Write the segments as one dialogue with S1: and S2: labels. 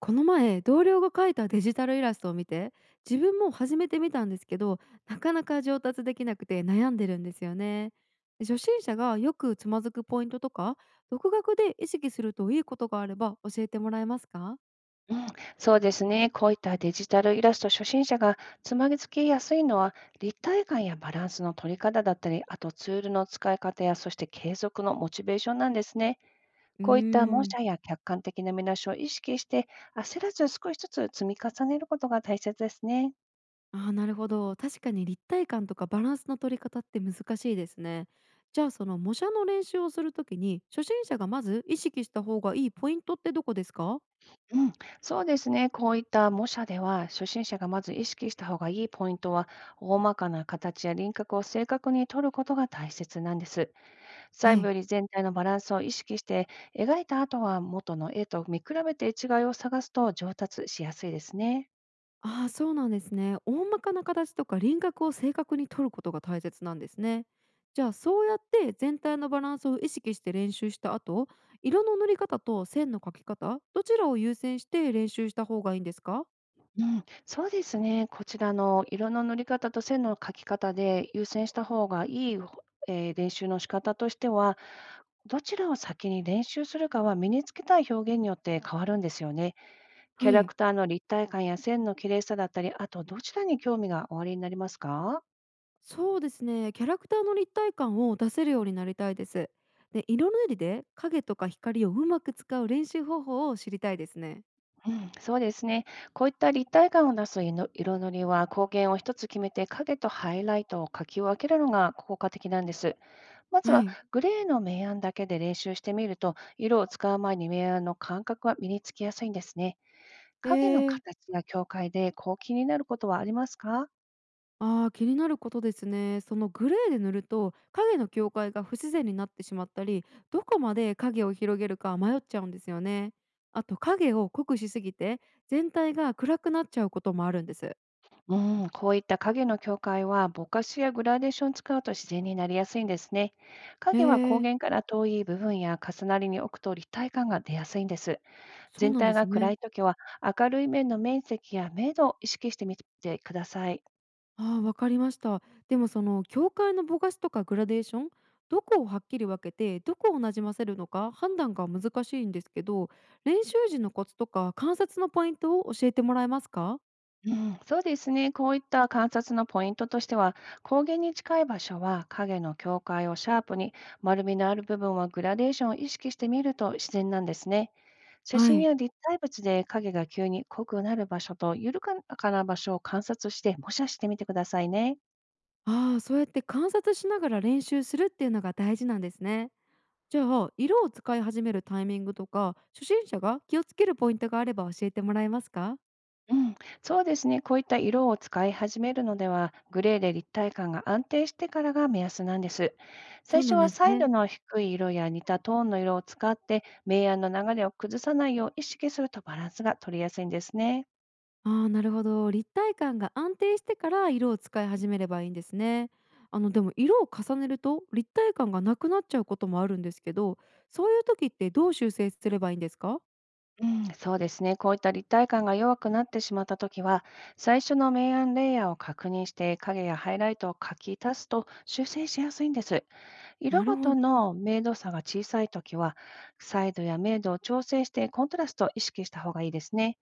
S1: この前同僚が描いたデジタルイラストを見て、自分も始めてみたんですけど、なかなか上達できなくて悩んでるんですよね。初心者がよくつまずくポイントとか、独学で意識するといいことがあれば教えてもらえますか？
S2: うん、そうですね。こういったデジタルイラスト初心者がつまずきやすいのは、立体感やバランスの取り方だったり、あとツールの使い方や、そして継続のモチベーションなんですね。
S1: う
S2: こういった模
S1: ーん、
S2: 写や客観的な見出しを意識して、焦らず少しずつ積み重ねることが大切ですね。
S1: あーなるほど、確かに立体感とかバランスの取り方って難しいですね。じゃあその模写の練習をするときに初心者がまず意識した方がいいポイントってどこですか？
S2: うん、そうですね。こういった模写では、初心者がまず意識した方がいいポイントは、大まかな形や輪郭を正確に取ることが大切なんです。
S1: は
S2: 細部
S1: い。
S2: より全体のバランスを意識して、描いた後は元の絵と見比べて違いを探すと上達しやすいですね。
S1: ああ、そうなんですね。大まかな形とか輪郭を正確に取ることが大切なんですね。じゃあそうやって全体のバランスを意識して練習した後、色の塗り方と線の描き方、どちらを優先して練習した方がいいんですか？
S2: うん、そうですね。こちらの色の塗り方と線の描き方で優先した方がいい、練習の仕方としては、どちらを先に練習するかは身につけたい表現によって変わるんですよね。キャ
S1: は
S2: ラ
S1: い。
S2: クターの立体感や線の綺麗さだったり、あとどちらに興味がおありになりますか？
S1: そうですね。キャラクターの立体感を出せるようになりたいです。で、色塗りで影とか光をうまく使う練習方法を知りたいですね。
S2: うん、そうですね。こういった立体感を出す色塗りは光源を一つ決めて影とハイライトを描き分けるのが効果的なんです。まず
S1: は
S2: は
S1: い。
S2: グレーの明暗だけで練習してみると色を使う前に明暗の感覚が身につきやすいんですね。
S1: え
S2: 影の
S1: ー
S2: 形や境界でこう気になることはありますか？
S1: ああ、気になることですね。そのグレーで塗ると影の境界が不自然になってしまったり、どこまで影を広げるか迷っちゃうんですよね。あと影を濃くしすぎて全体が暗くなっちゃうこともあるんです。
S2: うん、こういった影の境界はぼかしやグラデーションを使うと自然になりやすいんですね。
S1: へ
S2: 影は光
S1: え、
S2: 源から遠い部分や重なりに置くと立体感が出やすいんです。
S1: そう
S2: 全
S1: なんで
S2: 体
S1: す
S2: が暗
S1: ね。
S2: いときは、明るい面の面積や明度を意識してみてください。
S1: ああ、わかりました。でもその境界のぼかしとかグラデーション、どこをはっきり分けてどこをなじませるのか判断が難しいんですけど、練習時のコツとか観察のポイントを教えてもらえますか？
S2: うん、そうですね。こういった観察のポイントとしては、光源に近い場所は影の境界をシャープに、丸みのある部分はグラデーションを意識してみると自然なんですね。写
S1: は
S2: 真
S1: い。
S2: や立体物で影が急に濃くなる場所と緩やかな場所を観察して模写してみてくださいね。
S1: ああ、そうやって観察しながら練習するっていうのが大事なんですね。じゃあ、色を使い始めるタイミングとか、初心者が気をつけるポイントがあれば教えてもらえますか？
S2: うん、そうですね。こういった色を使い始めるのでは、グレーで立体感が安定してからが目安なんです。
S1: そ
S2: 最
S1: う
S2: 初
S1: なん
S2: は
S1: です
S2: 彩
S1: ね。
S2: 度の低い色や似たトーンの色を使って、明暗の流れを崩さないよう意識するとバランスが取りやすいんですね。
S1: ああ、なるほど。立体感が安定してから色を使い始めればいいんですね。あの、でも色を重ねると立体感がなくなっちゃうこともあるんですけど、そういう時ってどう修正すればいいんですか？
S2: うん、そうですね。こういった立体感が弱くなってしまったときは、最初の明暗レイヤーを確認して、影やハイライトを書き足すと修正しやすいんです。色
S1: なる
S2: ご
S1: ほ
S2: と
S1: ど。
S2: の明度差が小さいときは、サイドや明度を調整してコントラストを意識した方がいいですね。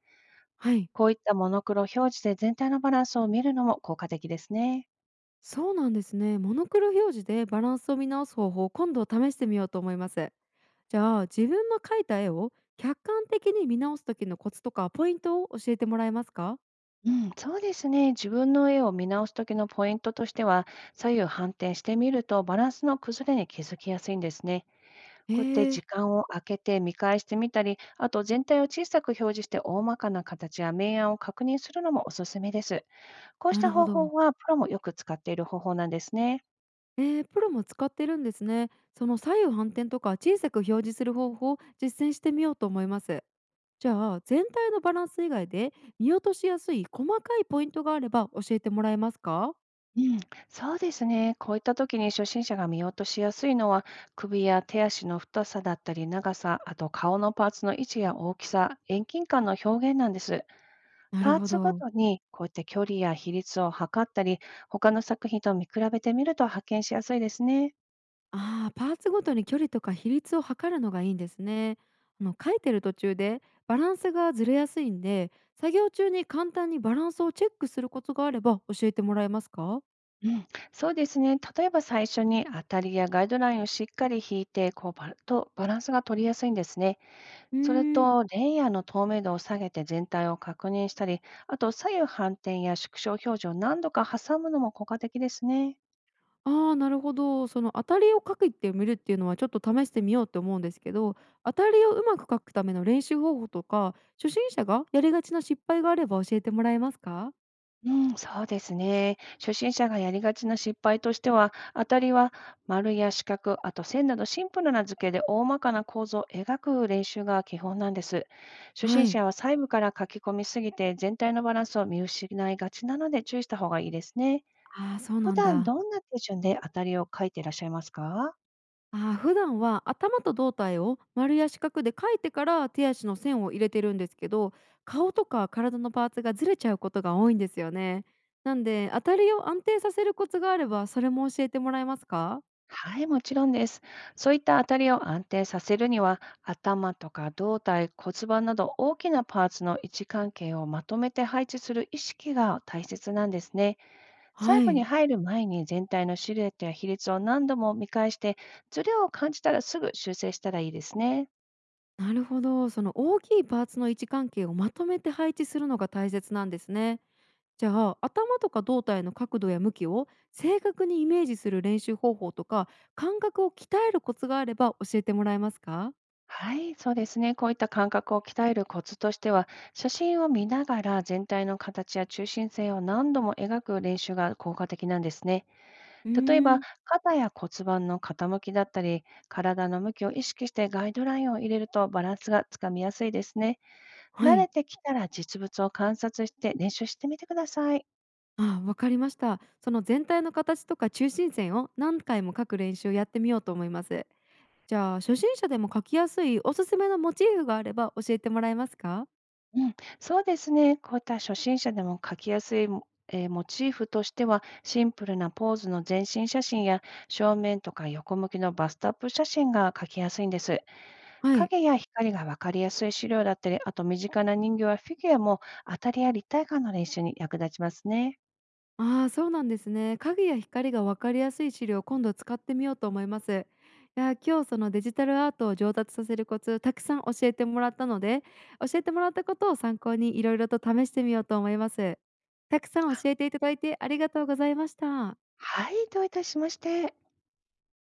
S1: はい。
S2: こういったモノクロ表示で全体のバランスを見るのも効果的ですね。
S1: そうなんですね。モノクロ表示でバランスを見直す方法、今度試してみようと思います。じゃあ自分の描いた絵を客観的に見直す時のコツとかポイントを教えてもらえますか？
S2: うん、そうですね。自分の絵を見直すときのポイントとしては、左右反転してみるとバランスの崩れに気づきやすいんですね。
S1: え
S2: こうやって
S1: ー、
S2: 時間を空けて見返してみたり、あと全体を小さく表示して大まかな形や明暗を確認するのもおすすめです。こうし
S1: な
S2: た
S1: るほ
S2: 方
S1: ど。
S2: 法はプロもよく使っている方法なんですね。
S1: えー、プロも使ってるんですね。その左右反転とか小さく表示する方法を実践してみようと思います。じゃあ全体のバランス以外で見落としやすい細かいポイントがあれば教えてもらえますか？
S2: うん、そうですね。こういった時に初心者が見落としやすいのは、首や手足の太さだったり長さ、あと顔のパーツの位置や大きさ、遠近感の表現なんです。
S1: なる
S2: パー
S1: ほ
S2: ツご
S1: ど。
S2: とにこういった距離や比率を測ったり、他の作品と見比べてみると発見しやすいですね。
S1: ああ、パーツごとに距離とか比率を測るのがいいんですね。あの書いてる途中でバランスがずれやすいんで、作業中に簡単にバランスをチェックするコツがあれば教えてもらえますか？
S2: うん、そうですね。例えば最初に当たりやガイドラインをしっかり引いて、こうバランスが取りやすいんですね。
S1: う
S2: それ
S1: ーん、
S2: と、レイヤーの透明度を下げて全体を確認したり、あと左右反転や縮小表示を何度か挟むのも効果的ですね。
S1: ああ、なるほど。その当たりを書くってみるっていうのはちょっと試してみようと思うんですけど、当たりをうまく書くための練習方法とか、初心者がやりがちな失敗があれば教えてもらえますか？
S2: うん、そうですね。初心者がやりがちな失敗としては、当たりは丸や四角、あと線などシンプルな図形で大まかな構造を描く練習が基本なんです。初
S1: は
S2: 心
S1: い。
S2: 者は細部から書き込みすぎて全体のバランスを見失いがちなので注意した方がいいですね。
S1: ああ、そう
S2: 普
S1: なん
S2: 段
S1: だ。
S2: どんな手順で当たりを書いていらっしゃいますか？
S1: あー普段は頭と胴体を丸や四角で描いてから手足の線を入れてるんですけど、顔とか体のパーツがずれちゃうことが多いんですよね。なんで当たりを安定させるコツがあればそれも教えてもらえますか？
S2: はい、もちろんです。そういった当たりを安定させるには、頭とか胴体、骨盤など大きなパーツの位置関係をまとめて配置する意識が大切なんですね。
S1: は
S2: 細部に
S1: い。
S2: 入る前に全体のシルエットや比率を何度も見返して、ズレを感じたらすぐ修正したらいいですね。
S1: なるほど、その大きいパーツの位置関係をまとめて配置するのが大切なんですね。じゃあ頭とか胴体の角度や向きを正確にイメージする練習方法とか、感覚を鍛えるコツがあれば教えてもらえますか？
S2: はい、そうですね。こういった感覚を鍛えるコツとしては、写真を見ながら全体の形や中心線を何度も描く練習が効果的なんですね。
S1: うー
S2: 例えば、
S1: ん。
S2: 肩や骨盤の傾きだったり、体の向きを意識してガイドラインを入れるとバランスがつかみやすいですね。
S1: は
S2: 慣れ
S1: い。
S2: てきたら実物を観察して練習してみてください。
S1: ああ、わかりました。その全体の形とか中心線を何回も書く練習をやってみようと思います。じゃあ初心者でも書きやすいおすすめのモチーフがあれば教えてもらえますか？
S2: うん、そうですね。こういった初心者でも描きやすいも、えーモチーフとしては、シンプルなポーズの全身写真や正面とか横向きのバストアップ写真が描きやすいんです。
S1: はい。
S2: 影や光が分かりやすい資料だったり、あと身近な人形やフィギュアも当たりや立体感の練習に役立ちますね。
S1: ああ、そうなんですね。影や光がわかりやすい資料を今度使ってみようと思います。いやー、今日そのデジタルアートを上達させるコツたくさん教えてもらったので、教えてもらったことを参考にいろいろと試してみようと思います。たくさん教えていただいてありがとうございました。
S2: はい、どういたしまして。